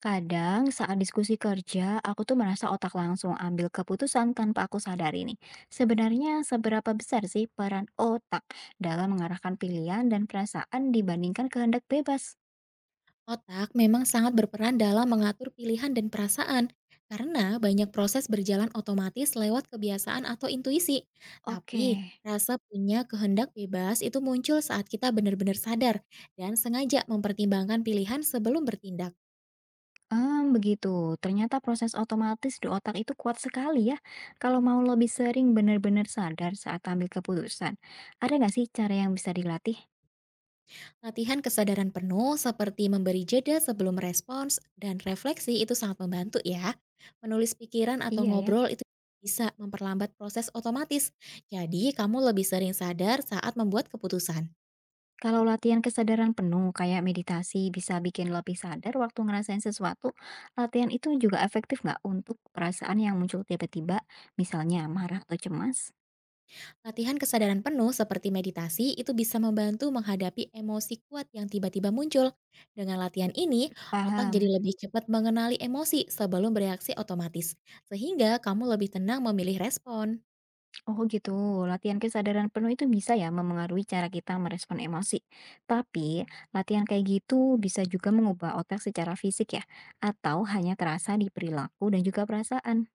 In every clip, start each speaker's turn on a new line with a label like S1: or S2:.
S1: Kadang saat diskusi kerja, aku tuh merasa otak langsung ambil keputusan tanpa aku sadari nih. Sebenarnya seberapa besar sih peran otak dalam mengarahkan pilihan dan perasaan dibandingkan kehendak bebas?
S2: Otak memang sangat berperan dalam mengatur pilihan dan perasaan, karena banyak proses berjalan otomatis lewat kebiasaan atau intuisi. Tapi,
S1: Oke.
S2: rasa punya kehendak bebas itu muncul saat kita benar-benar sadar dan sengaja mempertimbangkan pilihan sebelum bertindak.
S1: Hmm, begitu. Ternyata proses otomatis di otak itu kuat sekali ya. Kalau mau lebih sering benar-benar sadar saat ambil keputusan. Ada nggak sih cara yang bisa dilatih?
S2: Latihan kesadaran penuh seperti memberi jeda sebelum respons dan refleksi itu sangat membantu ya. Menulis pikiran atau
S1: Iya ya.
S2: ngobrol itu bisa memperlambat proses otomatis. Jadi, kamu lebih sering sadar saat membuat keputusan.
S1: Kalau latihan kesadaran penuh kayak meditasi bisa bikin lebih sadar waktu ngerasain sesuatu, latihan itu juga efektif nggak untuk perasaan yang muncul tiba-tiba, misalnya marah atau cemas?
S2: Latihan kesadaran penuh seperti meditasi itu bisa membantu menghadapi emosi kuat yang tiba-tiba muncul. Dengan latihan ini, otak
S1: Paham.
S2: jadi lebih cepat mengenali emosi sebelum bereaksi otomatis, sehingga kamu lebih tenang memilih respon.
S1: Oh gitu, latihan kesadaran penuh itu bisa ya memengaruhi cara kita merespon emosi. Tapi, latihan kayak gitu bisa juga mengubah otak secara fisik ya, atau hanya terasa di perilaku dan juga perasaan.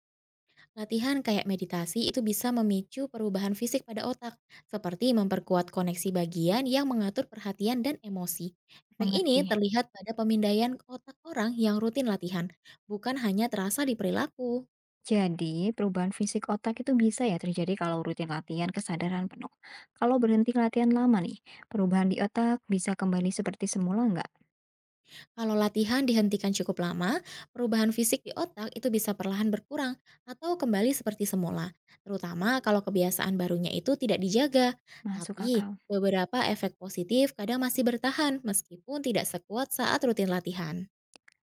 S2: Latihan kayak meditasi itu bisa memicu perubahan fisik pada otak, seperti memperkuat koneksi bagian yang mengatur perhatian dan emosi. Efek ini
S1: Mengerti.
S2: terlihat pada pemindaian otak orang yang rutin latihan, bukan hanya terasa di perilaku.
S1: Jadi, perubahan fisik otak itu bisa ya terjadi kalau rutin latihan kesadaran penuh. Kalau berhenti latihan lama nih, perubahan di otak bisa kembali seperti semula nggak?
S2: Kalau latihan dihentikan cukup lama, perubahan fisik di otak itu bisa perlahan berkurang atau kembali seperti semula, terutama kalau kebiasaan barunya itu tidak dijaga.
S1: Masuk
S2: Tapi,
S1: akal.
S2: beberapa efek positif kadang masih bertahan meskipun tidak sekuat saat rutin latihan.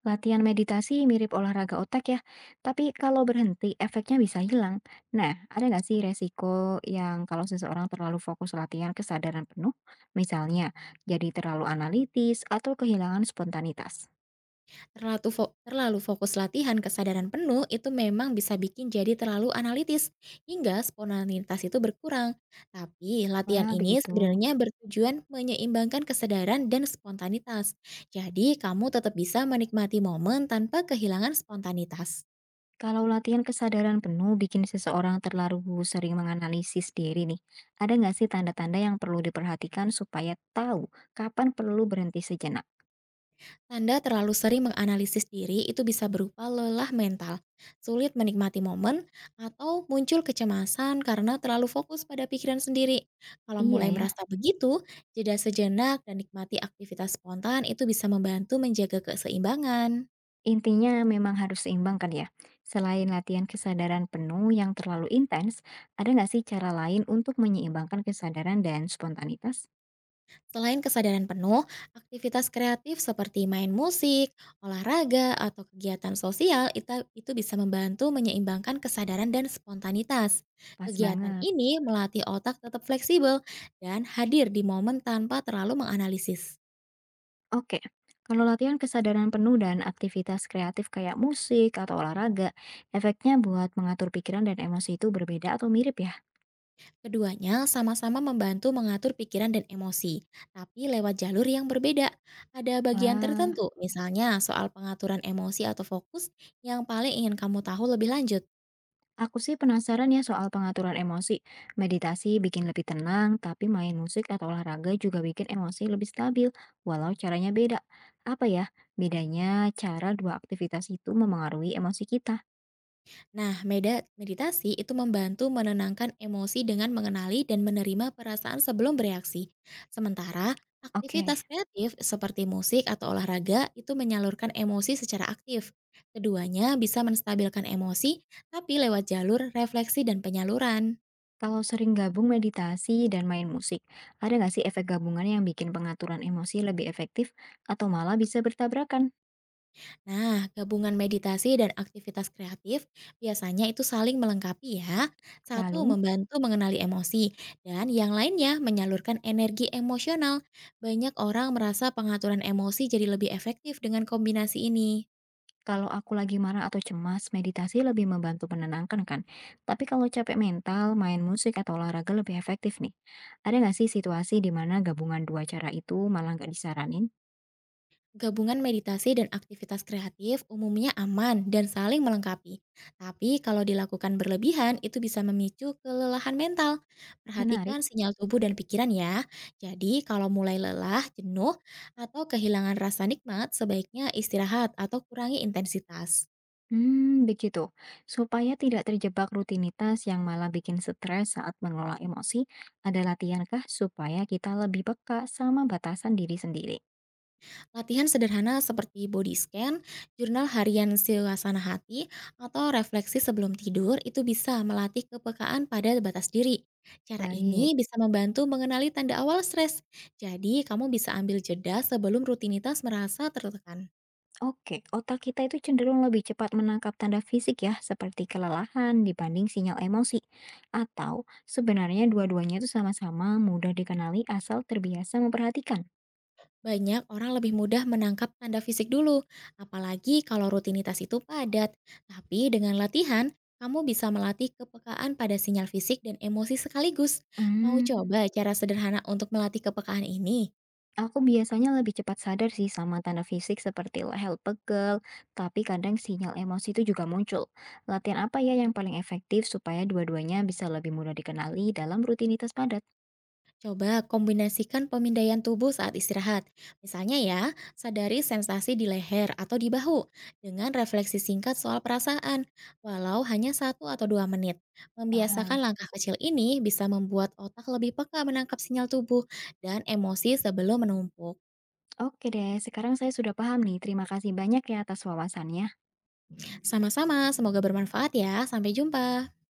S1: Latihan meditasi mirip olahraga otak ya, tapi kalau berhenti efeknya bisa hilang. Nah, ada nggak sih resiko yang kalau seseorang terlalu fokus latihan kesadaran penuh, misalnya jadi terlalu analitis atau kehilangan spontanitas?
S2: Terlalu fokus latihan kesadaran penuh itu memang bisa bikin jadi terlalu analitis, hingga spontanitas itu berkurang. Tapi latihan
S1: Wah,
S2: ini
S1: begitu.
S2: sebenarnya bertujuan menyeimbangkan kesadaran dan spontanitas. Jadi kamu tetap bisa menikmati momen tanpa kehilangan spontanitas.
S1: Kalau latihan kesadaran penuh bikin seseorang terlalu sering menganalisis diri nih, ada nggak sih tanda-tanda yang perlu diperhatikan supaya tahu kapan perlu berhenti sejenak?
S2: Tanda terlalu sering menganalisis diri itu bisa berupa lelah mental, sulit menikmati momen, atau muncul kecemasan karena terlalu fokus pada pikiran sendiri. Kalau
S1: Iya
S2: mulai
S1: ya,
S2: merasa begitu, jeda sejenak dan nikmati aktivitas spontan itu bisa membantu menjaga keseimbangan.
S1: intinya memang harus seimbang kan ya. Selain latihan kesadaran penuh yang terlalu intens, ada nggak sih cara lain untuk menyeimbangkan kesadaran dan spontanitas?
S2: Selain kesadaran penuh, aktivitas kreatif seperti main musik, olahraga, atau kegiatan sosial itu bisa membantu menyeimbangkan kesadaran dan spontanitas.
S1: Pas
S2: Kegiatan
S1: banget.
S2: ini melatih otak tetap fleksibel dan hadir di momen tanpa terlalu menganalisis.
S1: Oke, kalau latihan kesadaran penuh dan aktivitas kreatif kayak musik atau olahraga, efeknya buat mengatur pikiran dan emosi itu berbeda atau mirip ya?
S2: Keduanya sama-sama membantu mengatur pikiran dan emosi, tapi lewat jalur yang berbeda. Ada bagian
S1: Wah,
S2: tertentu, misalnya soal pengaturan emosi atau fokus, yang paling ingin kamu tahu lebih lanjut.
S1: aku sih penasaran ya soal pengaturan emosi. Meditasi bikin lebih tenang, tapi main musik atau olahraga juga bikin emosi lebih stabil, walau caranya beda. Apa ya? Bedanya cara dua aktivitas itu memengaruhi emosi kita.
S2: Nah, meditasi itu membantu menenangkan emosi dengan mengenali dan menerima perasaan sebelum bereaksi. Sementara,
S1: Oke,
S2: aktivitas kreatif seperti musik atau olahraga itu menyalurkan emosi secara aktif. Keduanya bisa menstabilkan emosi, tapi lewat jalur refleksi dan penyaluran.
S1: kalau sering gabung meditasi dan main musik, ada nggak sih efek gabungan yang bikin pengaturan emosi lebih efektif atau malah bisa bertabrakan?
S2: Nah, gabungan meditasi dan aktivitas kreatif biasanya itu saling melengkapi ya. Satu
S1: Lalu?
S2: membantu mengenali emosi dan yang lainnya menyalurkan energi emosional. Banyak orang merasa pengaturan emosi jadi lebih efektif dengan kombinasi ini.
S1: Kalau aku lagi marah atau cemas, meditasi lebih membantu menenangkan kan. Tapi kalau capek mental, main musik atau olahraga lebih efektif nih. Ada nggak sih situasi di mana gabungan dua cara itu malah nggak disaranin?
S2: Gabungan meditasi dan aktivitas kreatif umumnya aman dan saling melengkapi. Tapi kalau dilakukan berlebihan, itu bisa memicu kelelahan mental.
S1: Menarik.
S2: Perhatikan sinyal tubuh dan pikiran ya. Jadi kalau mulai lelah, jenuh, atau kehilangan rasa nikmat, sebaiknya istirahat atau kurangi intensitas.
S1: Hmm, begitu. Supaya tidak terjebak rutinitas yang malah bikin stres saat mengelola emosi, ada latihankah supaya kita lebih peka sama batasan diri sendiri?
S2: Latihan sederhana seperti body scan, jurnal harian suasana hati, atau refleksi sebelum tidur itu bisa melatih kepekaan pada batas diri. Cara
S1: Baik.
S2: ini bisa membantu mengenali tanda awal stres. Jadi, kamu bisa ambil jeda sebelum rutinitas merasa tertekan.
S1: Oke, otak kita itu cenderung lebih cepat menangkap tanda fisik ya, seperti kelelahan dibanding sinyal emosi. Atau sebenarnya dua-duanya itu sama-sama mudah dikenali asal terbiasa memperhatikan.
S2: Banyak orang lebih mudah menangkap tanda fisik dulu, apalagi kalau rutinitas itu padat. Tapi dengan latihan, kamu bisa melatih kepekaan pada sinyal fisik dan emosi sekaligus. Mau
S1: Hmm,
S2: coba cara sederhana untuk melatih kepekaan ini?
S1: aku biasanya lebih cepat sadar sih sama tanda fisik seperti leher pegel, tapi kadang sinyal emosi itu juga muncul. Latihan apa ya yang paling efektif supaya dua-duanya bisa lebih mudah dikenali dalam rutinitas padat?
S2: Coba kombinasikan pemindaian tubuh saat istirahat. Misalnya ya, sadari sensasi di leher atau di bahu dengan refleksi singkat soal perasaan, walau hanya satu atau dua menit. Membiasakan
S1: Paham.
S2: langkah kecil ini bisa membuat otak lebih peka menangkap sinyal tubuh dan emosi sebelum menumpuk.
S1: Oke deh, sekarang saya sudah paham nih. Terima kasih banyak ya atas wawasannya.
S2: Sama-sama, semoga bermanfaat ya. Sampai jumpa.